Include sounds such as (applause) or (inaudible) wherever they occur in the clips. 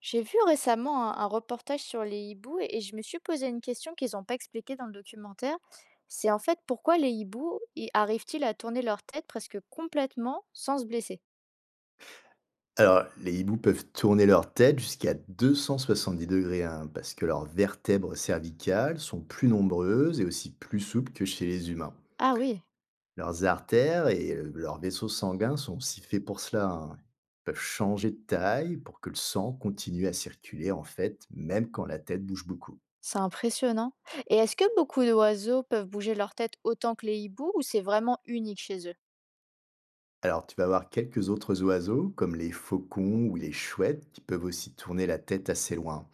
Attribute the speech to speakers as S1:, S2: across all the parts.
S1: J'ai vu récemment un reportage sur les hiboux et je me suis posé une question qu'ils n'ont pas expliquée dans le documentaire. C'est en fait pourquoi les hiboux y arrivent-ils à tourner leur tête presque complètement sans se blesser?
S2: Alors, les hiboux peuvent tourner leur tête jusqu'à 270°, hein, parce que leurs vertèbres cervicales sont plus nombreuses et aussi plus souples que chez les humains.
S1: Ah oui,
S2: Leurs artères et leurs vaisseaux sanguins sont aussi faits pour cela, hein. Ils peuvent changer de taille pour que le sang continue à circuler, en fait, même quand la tête bouge beaucoup.
S1: c'est impressionnant. Et est-ce que beaucoup d'oiseaux peuvent bouger leur tête autant que les hiboux ou c'est vraiment unique chez eux?
S2: Alors, tu vas voir quelques autres oiseaux, comme les faucons ou les chouettes, qui peuvent aussi tourner la tête assez loin.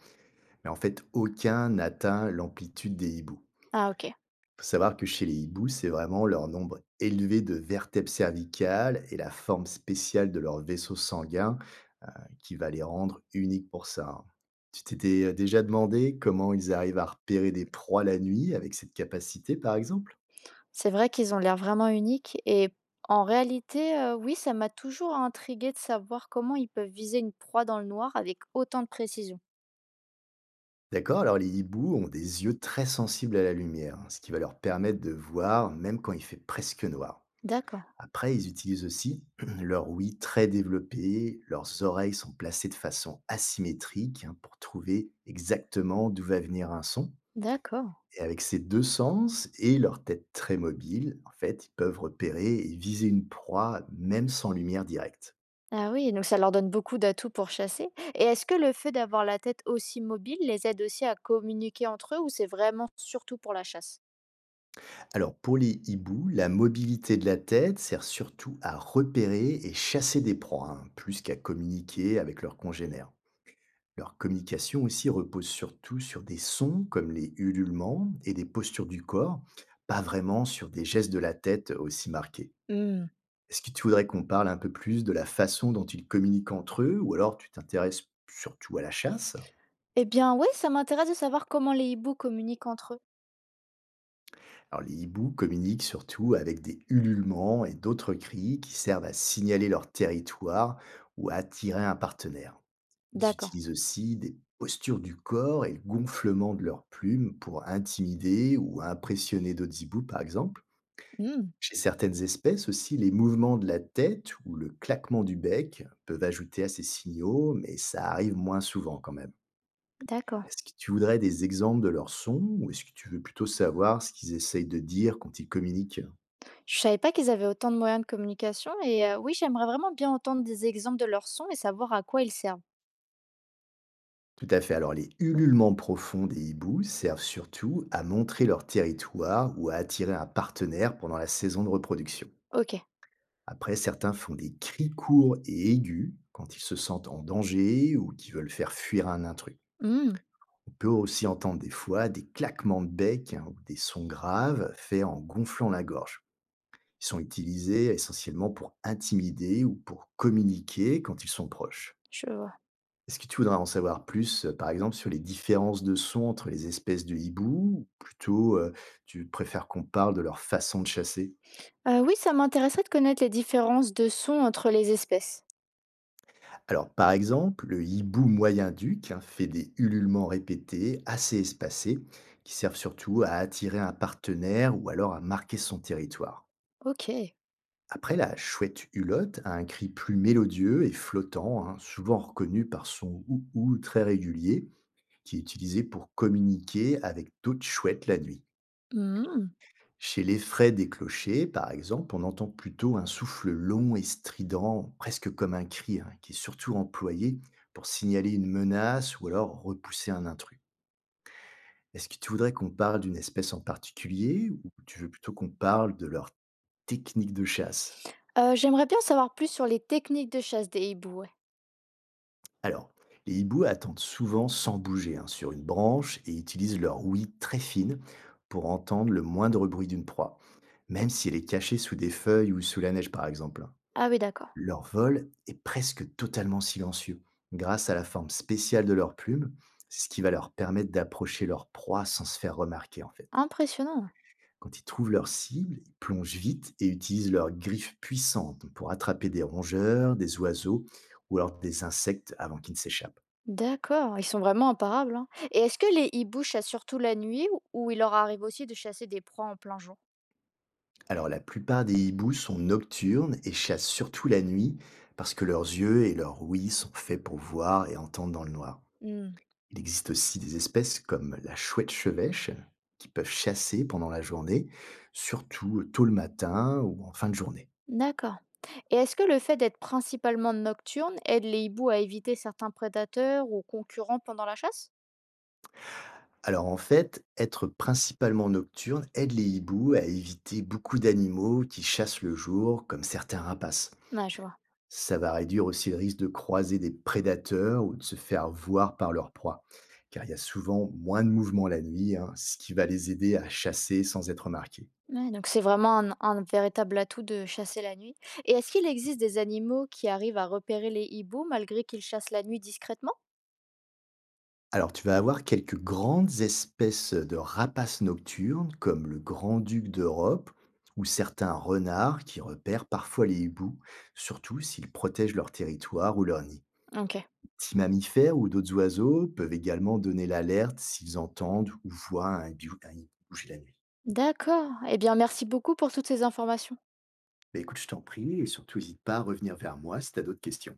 S2: Mais en fait, aucun n'atteint l'amplitude des hiboux.
S1: Ah ok.
S2: Faut savoir que chez les hiboux, c'est vraiment leur nombre élevé de vertèbres cervicales et la forme spéciale de leur vaisseau sanguin qui va les rendre uniques pour ça, hein. Tu t'étais déjà demandé comment ils arrivent à repérer des proies la nuit avec cette capacité, par exemple.
S1: C'est vrai qu'ils ont l'air vraiment uniques et en réalité, oui, ça m'a toujours intriguée de savoir comment ils peuvent viser une proie dans le noir avec autant de précision.
S2: D'accord, alors les hiboux ont des yeux très sensibles à la lumière, hein, ce qui va leur permettre de voir même quand il fait presque noir.
S1: D'accord,
S2: Après, ils utilisent aussi (clears throat) leur ouïe très développée, leurs oreilles sont placées de façon asymétrique, hein, pour trouver exactement d'où va venir un son.
S1: d'accord.
S2: Et avec ces deux sens et leur tête très mobile, en fait, ils peuvent repérer et viser une proie même sans lumière directe.
S1: Ah oui, donc ça leur donne beaucoup d'atouts pour chasser. Et est-ce que le fait d'avoir la tête aussi mobile les aide aussi à communiquer entre eux ou c'est vraiment surtout pour la chasse?
S2: Alors pour les hiboux, la mobilité de la tête sert surtout à repérer et chasser des proies, hein, plus qu'à communiquer avec leurs congénères. Leur communication aussi repose surtout sur des sons comme les ululements et des postures du corps, pas vraiment sur des gestes de la tête aussi marqués.
S1: Hmm.
S2: Est-ce que tu voudrais qu'on parle un peu plus de la façon dont ils communiquent entre eux, ou alors tu t'intéresses surtout à la chasse?
S1: Eh bien oui, ça m'intéresse de savoir comment les hiboux communiquent entre eux.
S2: Alors les hiboux communiquent surtout avec des ululements et d'autres cris qui servent à signaler leur territoire ou à attirer un partenaire. Ils
S1: D'accord,
S2: utilisent aussi des postures du corps et le gonflement de leurs plumes pour intimider ou impressionner d'autres hiboux, par exemple.
S1: hmm,
S2: Chez certaines espèces aussi, les mouvements de la tête ou le claquement du bec peuvent ajouter à ces signaux, mais ça arrive moins souvent quand même.
S1: d'accord.
S2: Est-ce que tu voudrais des exemples de leurs sons, ou est-ce que tu veux plutôt savoir ce qu'ils essayent de dire quand ils communiquent?
S1: Je savais pas qu'ils avaient autant de moyens de communication et oui, j'aimerais vraiment bien entendre des exemples de leurs sons et savoir à quoi ils servent.
S2: Tout à fait. Alors, les ululements profonds des hiboux servent surtout à montrer leur territoire ou à attirer un partenaire pendant la saison de reproduction.
S1: Ok,
S2: Après, certains font des cris courts et aigus quand ils se sentent en danger ou qu'ils veulent faire fuir un intrus.
S1: hmm,
S2: On peut aussi entendre des fois des claquements de bec, hein, ou des sons graves faits en gonflant la gorge. Ils sont utilisés essentiellement pour intimider ou pour communiquer quand ils sont proches.
S1: je vois.
S2: Est-ce que tu voudrais en savoir plus, par exemple, sur les différences de sons entre les espèces de hibou, ou plutôt tu préfères qu'on parle de leur façon de chasser?
S1: Oui, ça m'intéresserait de connaître les différences de sons entre les espèces.
S2: Alors, par exemple, le hibou moyen-duc, hein, fait des ululements répétés, assez espacés, qui servent surtout à attirer un partenaire ou alors à marquer son territoire.
S1: Ok.
S2: Après, la chouette hulotte a un cri plus mélodieux et flottant, hein, souvent reconnu par son ou-ou très régulier, qui est utilisé pour communiquer avec d'autres chouettes la nuit.
S1: Hmm.
S2: Chez les frais des clochers, par exemple, on entend plutôt un souffle long et strident, presque comme un cri, hein, qui est surtout employé pour signaler une menace ou alors repousser un intrus. Est-ce que tu voudrais qu'on parle d'une espèce en particulier, ou tu veux plutôt qu'on parle de leur technique de chasse?
S1: J'aimerais bien savoir plus sur les techniques de chasse des hiboux, ouais.
S2: Alors, les hiboux attendent souvent sans bouger, hein, sur une branche et utilisent leur ouïe très fine pour entendre le moindre bruit d'une proie, même si elle est cachée sous des feuilles ou sous la neige par exemple.
S1: Ah oui, d'accord.
S2: Leur vol est presque totalement silencieux grâce à la forme spéciale de leurs plumes, ce qui va leur permettre d'approcher leur proie sans se faire remarquer en fait.
S1: Impressionnant.
S2: Quand ils trouvent leur cible, ils plongent vite et utilisent leurs griffes puissantes pour attraper des rongeurs, des oiseaux ou alors des insectes avant qu'ils ne s'échappent.
S1: D'accord, ils sont vraiment imparables, hein. Et est-ce que les hiboux chassent surtout la nuit ou il leur arrive aussi de chasser des proies en plein jour?
S2: Alors la plupart des hiboux sont nocturnes et chassent surtout la nuit parce que leurs yeux et leurs ouïes sont faits pour voir et entendre dans le noir.
S1: Mmh,
S2: Il existe aussi des espèces comme la chouette chevêche qui peuvent chasser pendant la journée, surtout tôt le matin ou en fin de journée.
S1: d'accord. Et est-ce que le fait d'être principalement nocturne aide les hiboux à éviter certains prédateurs ou concurrents pendant la chasse?
S2: Alors en fait, être principalement nocturne aide les hiboux à éviter beaucoup d'animaux qui chassent le jour, comme certains rapaces.
S1: Ah, je vois.
S2: Ça va réduire aussi le risque de croiser des prédateurs ou de se faire voir par leur proie, car il y a souvent moins de mouvement la nuit, hein, ce qui va les aider à chasser sans être remarqués.
S1: Ouais, donc c'est vraiment un véritable atout de chasser la nuit. Et est-ce qu'il existe des animaux qui arrivent à repérer les hiboux malgré qu'ils chassent la nuit discrètement?
S2: Alors, tu vas avoir quelques grandes espèces de rapaces nocturnes, comme le grand-duc d'Europe ou certains renards qui repèrent parfois les hiboux, surtout s'ils protègent leur territoire ou leur nid.
S1: OK.
S2: Petits mammifères ou d'autres oiseaux peuvent également donner l'alerte s'ils entendent ou voient un hibou bouger la nuit.
S1: D'accord. Eh bien, merci beaucoup pour toutes ces informations.
S2: Bah, écoute, je t'en prie, et surtout n'hésite pas à revenir vers moi si tu as d'autres questions.